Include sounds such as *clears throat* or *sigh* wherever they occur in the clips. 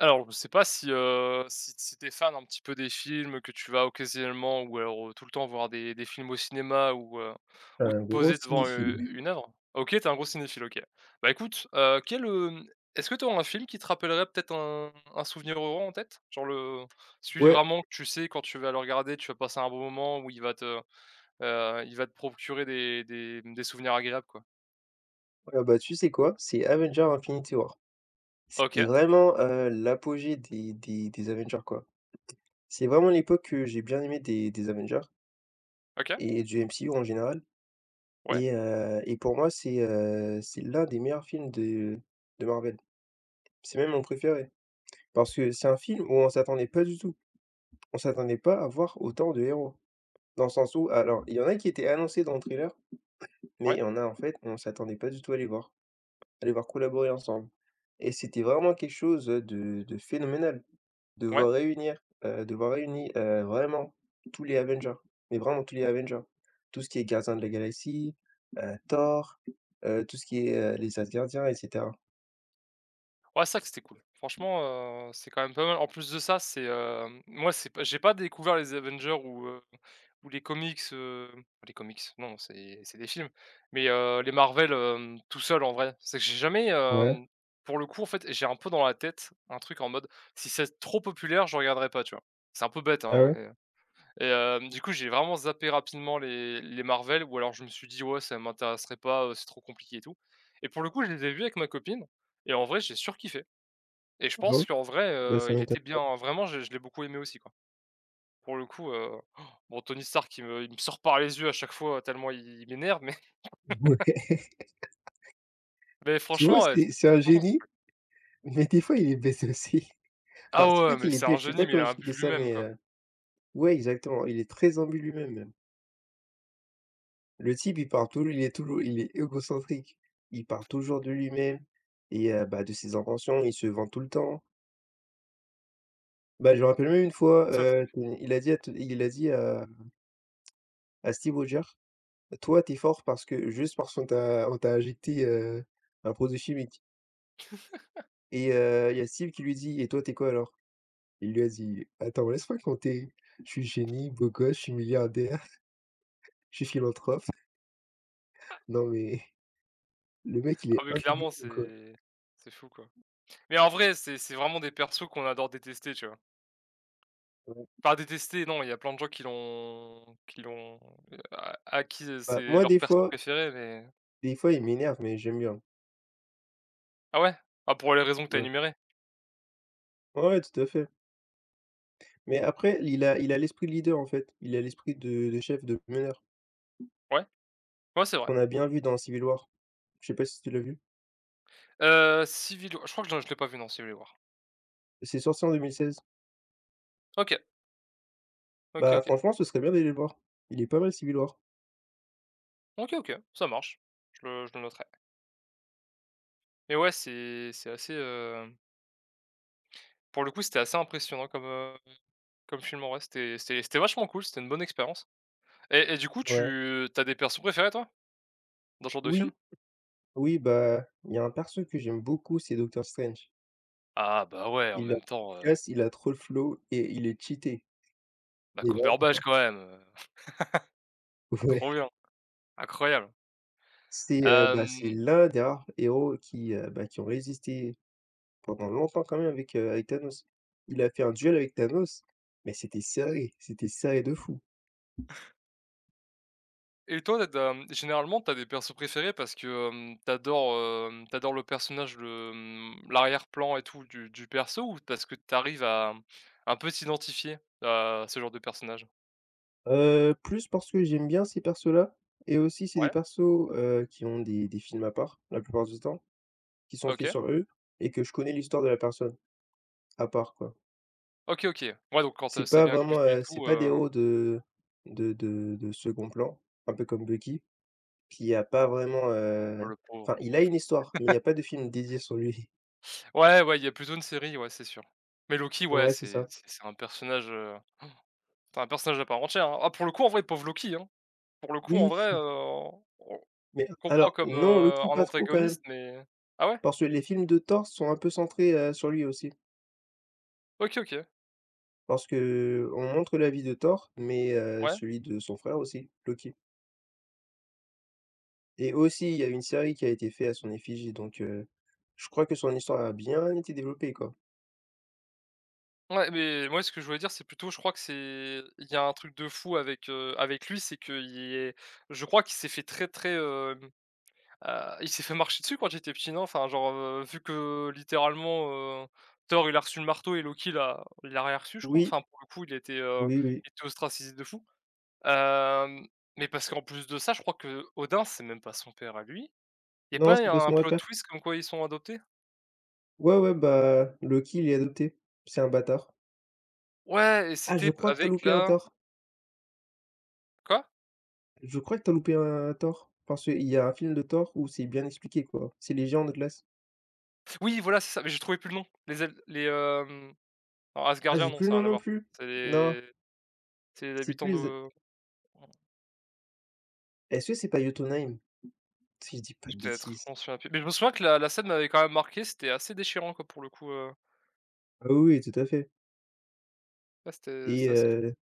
Alors, je sais pas si, si tu fan un petit peu des films, que tu vas occasionnellement ou alors, tout le temps voir des films au cinéma ou te Un gros poser devant, cinéphile. une œuvre? OK, t'es un gros cinéphile, OK. Bah, écoute, quel, est-ce que tu un film qui te rappellerait peut-être un souvenir heureux en tête? Genre le celui Ouais, vraiment que tu sais quand tu vas le regarder, tu vas passer un bon moment où il va te, il va te procurer des des souvenirs agréables, quoi? ah bah, tu sais quoi? C'est Avengers: Infinity War. OK, C'était vraiment, l'apogée des Avengers, quoi. C'est vraiment l'époque que j'ai bien aimé des Avengers OK. et du MCU en général Ouais, et pour moi, c'est, l'un des meilleurs films de Marvel. C'est même mon préféré parce que c'est un film où on s'attendait pas du tout. On s'attendait pas à voir autant de héros. Dans le sens où alors, il y en a qui étaient annoncés dans le trailer, mais il ouais, y en a, en fait, on s'attendait pas du tout à les voir. Allez devoir collaborer ensemble et c'était vraiment quelque chose, de phénoménal ouais. De voir réunir vraiment tous les Avengers, mais vraiment tous les Avengers. Tout ce qui est gardien de la Galaxie, Thor, tout ce qui est, les Asgardiens et cetera. Ouais, ça que c'était cool. Franchement, c'est quand même pas mal. En plus de ça, c'est, moi, c'est pas j'ai pas découvert les Avengers ou les comics, non, c'est des films, mais, les Marvel, tout seul en vrai. C'est que j'ai jamais, Ouais, pour le coup, en fait, j'ai un peu dans la tête un truc en mode: «Si c'est trop populaire, je regarderai pas», tu vois? C'est un peu bête, ah hein, ouais? mais, et du coup, j'ai vraiment zappé rapidement les Marvel ou alors je me suis dit: «Ouais, ça m'intéresserait pas, c'est trop compliqué et tout», et pour le coup, je les ai vus avec ma copine et en vrai, j'ai surkiffé. Et je Ah bah, pense oui, qu'en vrai, bah, ça il m'étonne. était bien vraiment je l'ai beaucoup aimé aussi quoi. Pour le coup, bon Tony Stark il me sort par les yeux à chaque fois tellement il m'énerve mais *laughs* *laughs* Ouais, mais tu vois, franchement, c'est c'est un franchement c'est génie. cool. Mais des fois, il est bête aussi. *laughs* Ah Enfin, c'est pas ouais, mais qu'il est c'est un bête, je sais pas génie, mais il comment a un but expliquer ça, lui-même mais quoi. Ouais, exactement, il est très imbu lui-même, même. Le type, il est égocentrique. Il parle toujours de lui-même et bah, de ses inventions, il se vend tout le temps. Bah, je me rappelle même une fois, Ça c'est il a dit à Steve Rogers: «Toi, t'es fort parce que juste parce qu'on t'a injecté, un produit chimique» et il y a Steve qui lui dit: «Et toi, t'es quoi alors?» Il lui a dit: «Attends, laisse-moi compter, je suis génie, beau gosse, je suis milliardaire». Je suis philanthrope. Non mais *laughs* le mec, il ah est mais intelligent, clairement quoi. C'est fou quoi. Mais en vrai, c'est vraiment des persos qu'on adore détester, tu vois? Ouais. Pas détester non, il y a plein de gens qui l'ont, a acquis, Bah, c'est moi, leur perso préféré mais des fois, il m'énerve, mais j'aime bien. ah ouais? Ah pour les raisons que tu as Ouais. énumérées? Ouais, ouais, tout à fait. Mais après, il a l'esprit de leader, en fait. Il a l'esprit de chef, de meneur, Ouais, ouais c'est vrai. qu'on a bien vu dans Civil War. Je sais pas si tu l'as vu? Civil War je crois que je l'ai pas vu non, Civil War. C'est sorti en 2016. OK, OK, Bah, OK. franchement, ce serait bien d'aller le voir. Il est pas mal, Civil War. OK, OK, ça marche. Je le noterai. Mais ouais, c'est assez, pour le coup, c'était assez impressionnant comme, comme film en vrai. C'était c'était c'était vachement cool, c'était une bonne expérience et du coup, Ouais. tu as des persos préférés toi, dans ce genre de film? Oui, oui, bah, il y a un perso que j'aime beaucoup, c'est Doctor Strange. Ah bah ouais, en Il a même trop de temps, classe, il a trop le flow et il est cheaté. bah Mais Cumberbatch vraiment. quand même, *laughs* Ouais. trop bien, incroyable. C'est, l'un des rares héros qui, ont résisté pendant longtemps quand même avec, Thanos. Il a fait un duel avec Thanos, mais c'était serré de fou. Et toi, tu as mmh, généralement, t'as des persos préférés parce que, t'adores, le personnage, le, mmh, l'arrière-plan et tout du perso ou parce que t'arrives à, mmh, un peu t'identifier à ce genre de personnage? Plus parce que j'aime bien ces persos-là et aussi c'est des Ouais, persos, qui ont des films à part, la plupart du temps, qui sont faits OK. sur eux et que je connais l'histoire de la personne, à part, quoi. OK, OK. Ouais, donc quand, C'est c'est pas bien cousu vraiment, et c'est tout, pas des héros de second plan, un peu comme Bucky. Puis il y a pas vraiment, oh le pauvre. enfin il a une histoire, mais il y a pas de film dédié sur lui. *laughs* Ouais, ouais, il y a plutôt une série, ouais, c'est sûr. Mais Loki, ouais, Ouais, c'est c'est ça. c'est c'est un personnage à part entière, hein. Ah, pour le coup, en vrai, pauvre Loki, hein. Pour le coup, en Oui, vrai, on mais comprend alors comme, non, Loki un pas trop quand même, antagoniste, mais ah ouais? parce que les films de Thor sont un peu centrés, sur lui aussi. OK, OK. Parce qu'on montre la vie de Thor, mais Ouais, celui de son frère aussi, Loki. Et aussi il y a une série qui a été faite à son effigie, donc je crois que son histoire a bien été développée, quoi. ouais, mais moi, ce que je voulais dire, c'est plutôt, je crois que c'est il y a un truc de fou avec, avec lui, c'est que il est je crois qu'il s'est fait très, très, il s'est fait marcher dessus quand il était petit, non? Enfin, genre, vu que littéralement, Thor, il a reçu le marteau et Loki, l'a, il l'a rien reçu, je crois. Oui, Enfin, pour le coup, oui, oui. il était ostracisé de fou. Hem, mais parce qu'en plus de ça, je crois que Odin c'est même pas son père à lui. Il y a Non, pas c'est pas un son plot repère. twist comme quoi ils sont adoptés? Ouais, ouais, bah, Loki, il est adopté. C'est un bâtard. Ouais et Ah, je c'était crois que tu as avec loupé un la Thor. quoi? Je crois que t'as loupé un Thor, parce qu'il y a un film de Thor où c'est bien expliqué, quoi. C'est les géants de glace. Oui, voilà, c'est ça, mais j'ai trouvé plus le nom. Les el les, alors Ah, Asgardiens, j'ai non, plus le ça a nom rien à non voir. plus. C'est Non, les c'est les c'est habitants plus de est-ce que c'est pas Jotunheim? Si je dis pas de peut-être, je bêtises. m'en souviens plus. Mais je me souviens que la la scène m'avait quand même marqué, c'était assez déchirant quoi pour le coup, Ah oui, oui, tout à fait ouais, c'était et c'était assez cool.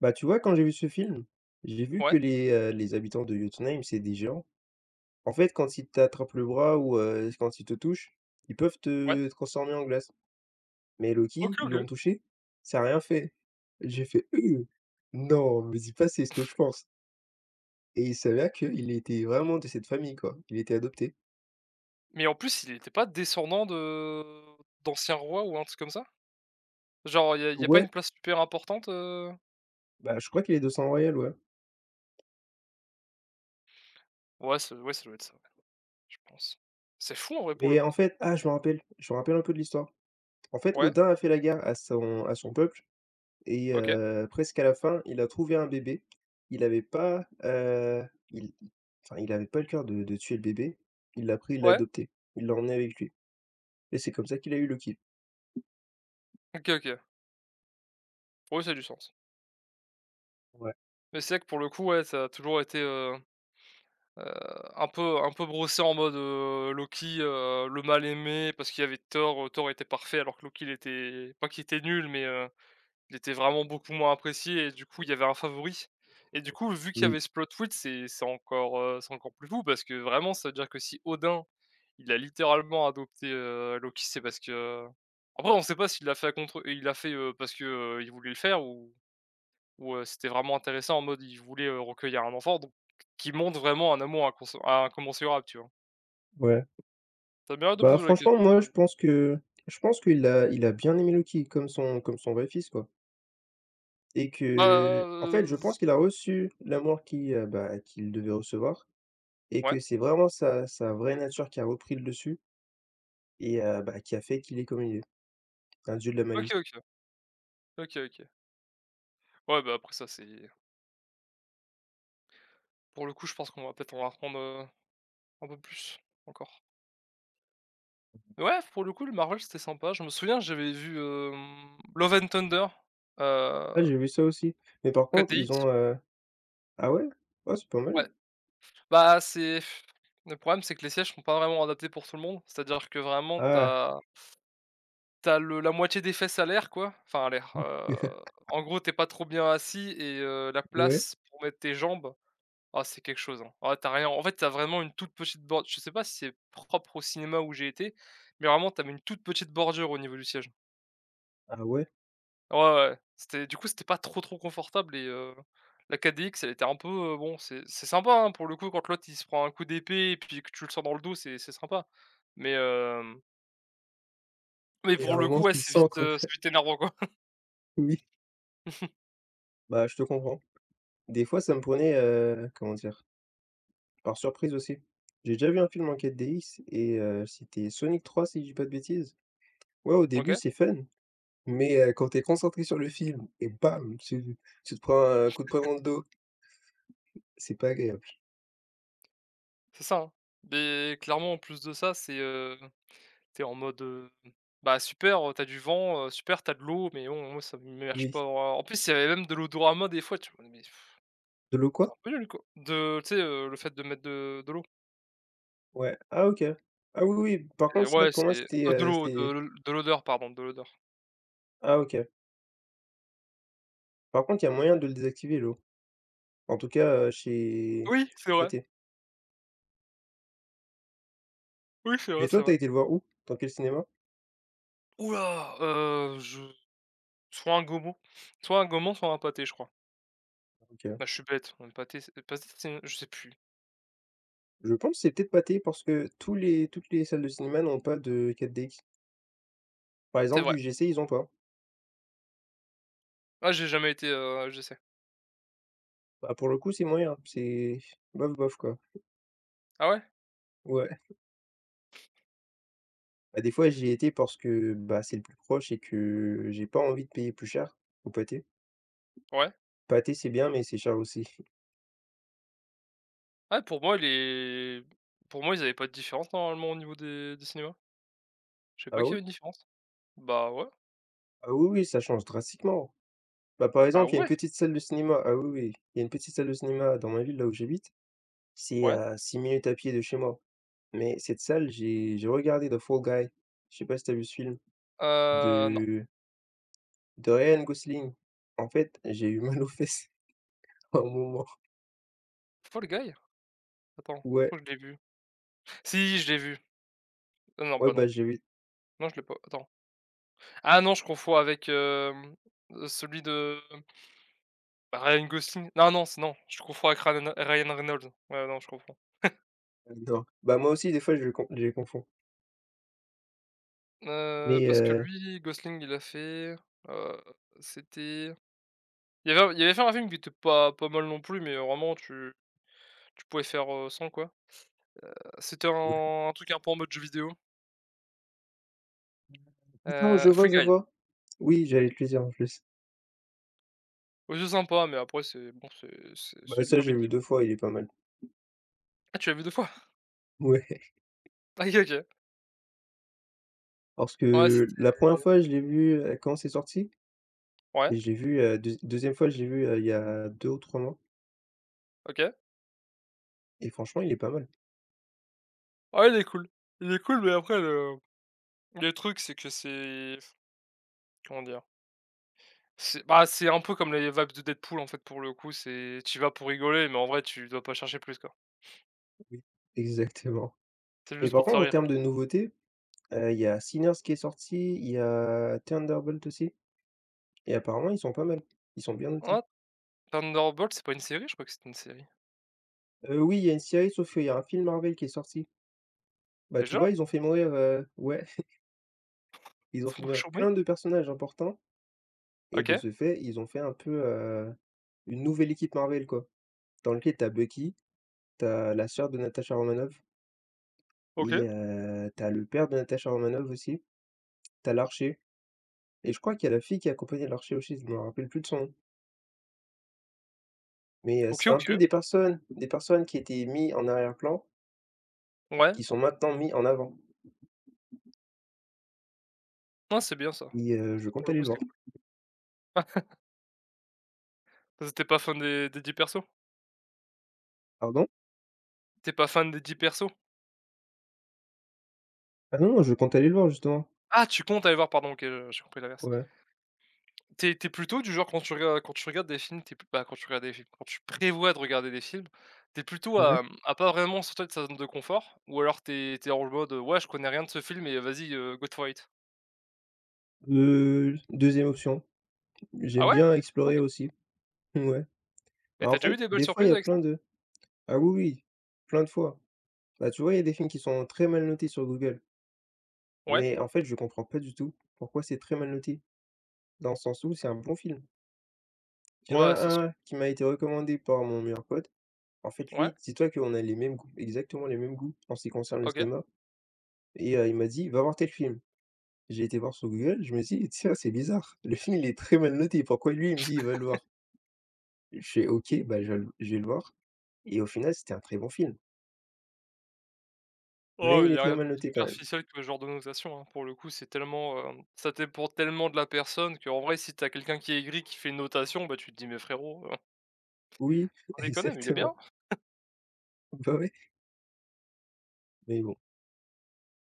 bah, tu vois quand j'ai vu ce film, j'ai vu que Ouais, les habitants de Jotunheim, c'est des géants. En fait, quand ils t'attrapent le bras ou quand ils te touchent, ils peuvent ouais, te transformer en glace. Mais OK, Loki, ils OK. l'ont touché, ça a rien fait. J'ai fait: *clears throat* Non, me dis pas c'est ce que je pense». Et il s'avère qu'il était vraiment de cette famille, quoi. Il était adopté. Mais en plus, il n'était pas descendant de d'anciens rois ou un truc comme ça? Genre il y a y a pas Ouais, une place super importante, heu? bah, je crois qu'il est de sang royal, ouais. Ouais, ça doit être ça, ouais, je pense. C'est fou en vrai pour le Mais en coup. fait ah, je me rappelle un peu de l'histoire. En fait, Ouais, Odin a fait la guerre à son peuple et OK, presque à la fin, il a trouvé un bébé. Il avait pas, il enfin, il avait pas le cœur de tuer le bébé. Il l'a pris, il l'a ouais, adopté. Il l'a emmené avec lui et c'est comme ça qu'il a eu Loki. OK, OK. Ouais, ça a du sens. Ouais, Mais c'est vrai que pour le coup, ouais, ça a toujours été, Heu, un peu brossé en mode, Loki, le mal aimé parce qu'il y avait Thor, Thor était parfait alors que Loki il était pas qu'il était nul mais, il était vraiment beaucoup moins apprécié et du coup il y avait un favori et du coup vu qu'il y oui, avait ce plot twist c'est encore plus fou parce que vraiment ça veut dire que si Odin, il a littéralement adopté, Loki c'est parce que après on sait pas s'il l'a fait à contre il l'a fait, parce que, il voulait le faire ou où, c'était vraiment intéressant en mode il voulait, recueillir un enfant donc qui montre vraiment un amour inconse incommensurable, tu vois? ouais. Tu as bien hâte de Bah, poser la franchement, question moi, pour le coup. Je pense qu'il a bien aimé Loki comme son vrai fils, quoi. Et Bah, que, en fait, je pense z qu'il a reçu l'amour qui, bah, qu'il devait recevoir et que ouais. c'est vraiment sa vraie nature qui a repris le dessus et bah, qui a fait qu'il est comme il est, un dieu de la malice. OK, OK. OK, OK. Ouais, bah, après ça c'est pour le coup je pense qu'on va peut-être en apprendre, un peu plus encore. Mais ouais, pour le coup le Marvel c'était sympa. Je me souviens j'avais vu, Love and Thunder, heu, Ah, j'ai vu ça aussi, mais par Code contre, ils Geass. ont, ah ouais? Oh, c'est pas mal. Ouais. Bah, c'est le problème c'est que les sièges sont pas vraiment adaptés pour tout le monde. C'est-à-dire que vraiment Ah, t'as le la moitié des fesses à l'air quoi, enfin à l'air, *laughs* en gros t'es pas trop bien assis et la ouais, place pour mettre tes jambes, ah c'est quelque chose, hein. Ah t'as rien en fait, t'as vraiment une toute petite bordure. Je sais pas si c'est propre au cinéma où j'ai été, mais vraiment tu une toute petite bordure au niveau du siège. ah ouais, Ouais, ouais, ouais, c'était du coup c'était pas trop, trop confortable et la 4DX elle était un peu, bon c'est sympa, hein, pour le coup quand l'autre il se prend un coup d'épée et puis que tu le sens dans le dos c'est sympa. Mais mais mais à pour un le coup moment, ouais tu le sens, quoi. C'est *laughs* vite énervant quoi. Oui, *laughs* bah, je te comprends. Des fois, ça me prenait, comment dire? Par surprise aussi. J'ai déjà vu un film en 4 X et c'était Sonic 3 si je dis pas de bêtises. Ouais, au début, OK. c'est fun. Mais quand tu es concentré sur le film et bam, tu te prends un coup de poing dans le dos, c'est pas agréable. C'est ça, hein. Mais clairement, en plus de ça, c'est, tu en mode, bah, super, tu du vent, super, t'as de l'eau, mais bon, moi, ça m'immerge Oui. pas en en plus, il y avait même de l'odorama des fois, tu vois? Mais pff, De l'eau quoi? c'est un peu nul, quoi, de tu sais, le fait de mettre de l'eau. Ouais. Ah OK. Ah oui, oui, par Et contre ça ouais, pour c'est moi c'était, de l'eau, de l de l'odeur, pardon, de l'odeur. ah OK. Par contre, il y a moyen de le désactiver l'eau. En tout cas, chez Oui, c'est vrai. Pathé. Oui, c'est vrai, Mais c'est toi, vrai. t'as été le voir où? Dans quel cinéma? Ouh là! Je soit un gomot soit un gomot, soit un pâté, je crois. OK. Bah, je suis bête, un pâté, c'est je sais plus. Je pense que c'est peut-être Pathé parce que tous les toutes les salles de cinéma n'ont pas de 4DX. Par C'est exemple, vrai. UGC, ils ont pas. Ah, j'ai jamais été, je sais Bah, pour le coup, c'est moyen, c'est bof bof quoi. ah ouais? Ouais. Bah, des fois, j'y ai été parce que, bah, c'est le plus proche et que j'ai pas envie de payer plus cher au pâté. Ouais. Pâté, c'est bien, mais c'est cher aussi. Ah pour moi les pour moi ils avaient pas de différence normalement au niveau des cinémas? Je sais pas Ah qu'il y ouais? avait une différence. Bah ouais. Ah oui, oui, ça change drastiquement. Bah, par Ah exemple, il y a une ouais? petite salle de cinéma. Ah oui, oui, il y a une petite salle de cinéma dans ma ville, là où j'habite. C'est Ouais. à 6 minutes à pied de chez moi. Mais cette salle, j'ai regardé The Fall Guy. Je sais pas si tu vu ce film Non. de de Ryan Gosling. En fait, j'ai eu mal aux fesses *laughs* à un moment. Fall Guy? Attends, je Ouais, crois que je l'ai vu. Si, je l'ai vu. Ah non, ouais, bah bah, non. j'ai eu Non je l'ai pas, attends. Ah non, je confonds avec, celui de bah, Ryan Gosling. Non, non, c'est non, je confonds avec Ryan Reynolds. Ouais, non, je confonds. non. Bah, moi aussi, des fois, je les confonds. Mais Parce que heu lui, Gosling, il a fait, heu, c'était il avait fait un film qui était pas pas mal non plus, mais vraiment tu tu pouvais faire, sans quoi? C'était un truc un peu en mode jeu vidéo, Attends, je Free vois, je Guy. vois. Oui, j'allais te le dire en plus. Ouais, c'est sympa, mais après c'est bon, c'est Bah, une ça, j'ai comédie. vu 2 fois, il est pas mal. *laughs* Ah, tu l'as vu 2 fois? *laughs* Ouais, OK, OK. parce Ouais, que c'était la première fois, je l'ai vu, quand c'est sorti ouais, et je l'ai vu, deuxi 2 fois, je l'ai vu, il y a 2 ou 3 mois OK. et franchement, il est pas mal. Ouais, il est cool. Il est cool, mais après le truc, c'est que c'est comment dire? C'est bah, c'est un peu comme les vibes de Deadpool, en fait, pour le coup, c'est tu vas pour rigoler, mais en vrai, tu dois pas chercher plus, quoi. Oui, *laughs* exactement. C'est Mais juste par pour te contre, faire en rire. termes de nouveautés, il y a Sinners qui est sorti, il y a Thunderbolt aussi et apparemment, ils sont pas mal. Ils sont bien Hein? notés. Thunderbolt, c'est pas une série? Je crois que c'était une série. Oui, il y a une série, sauf qu'il y a un film Marvel qui est sorti. Bah, tu Déjà? vois, ils ont fait mourir, ouais, *laughs* *laughs* ils ont Faut fait pas mourir chômer? plein de personnages importants. Et de OK. ce fait, ils ont fait un peu, une nouvelle équipe Marvel, quoi, dans lequel tu as Bucky, tu as la sœur de Natasha Romanoff OK. et tu as le père de Natasha Romanoff aussi, tu as l'archer et je crois qu'il y a la fille qui accompagnait l'archer aussi, je me rappelle plus de son nom. Mais OK, c'est un peu OK. Des personnes qui étaient mis en arrière-plan, Ouais. qui sont maintenant mis en avant Non c'est bien ça. et je Ah, pour compte le aller coup, le c'est voir. cool. Ah, parce que tu pas fan des 10 persos? Pardon? T'es pas fan des 10 persos? Ah non, non, je compte aller le voir justement. Ah, tu comptes aller voir, pardon, OK, j'ai compris l'inverse. Ouais, T'es plutôt du genre quand tu regardes des films, t'es es bah, quand tu regardes des films, quand tu prévois de regarder des films, t'es plutôt à, ouais. mmh, à pas vraiment sortir de sa zone de confort? Ou alors t'es tu en mode, «Ouais, je connais rien de ce film et vas-y, go for it». 2 option. Ah J'aime ouais? bien OK. explorer aussi. *laughs* Ouais. Et Bah, en t'as déjà eu fait, des belles des fois, il surprises y a avec ça? plein de ah oui, oui, plein de fois. Bah, tu vois, il y a des films qui sont très mal notés sur Google, Ouais? mais en fait, je comprends pas du tout pourquoi c'est très mal noté, dans le sens où c'est un bon film. Il y en Ouais, c'est a sûr. un qui m'a été recommandé par mon meilleur pote. En fait, Ouais, lui, dis-toi qu'on a les mêmes goûts, exactement les mêmes goûts en ce qui concerne le OK. cinéma. Et il m'a dit, va voir tel film. J'ai été voir sur Google, je me suis dit, tiens, c'est bizarre, le film il est très mal noté, pourquoi lui il me dit, il va le voir? Je fais, ok, bah, je vais le voir. Et au final, c'était un très bon film, Oh, mais il il y est a rien très de mal plus noté quand même. superficiel que ce genre de notation, hein. Pour le coup, c'est tellement, ça dépend tellement de la personne que, en vrai, si t'as quelqu'un qui est aigri, qui fait une notation, bah, tu te dis: «Mais frérot, Oui, sans *laughs* déconner, mais il est bien». exactement. Bah ouais. Mais bon.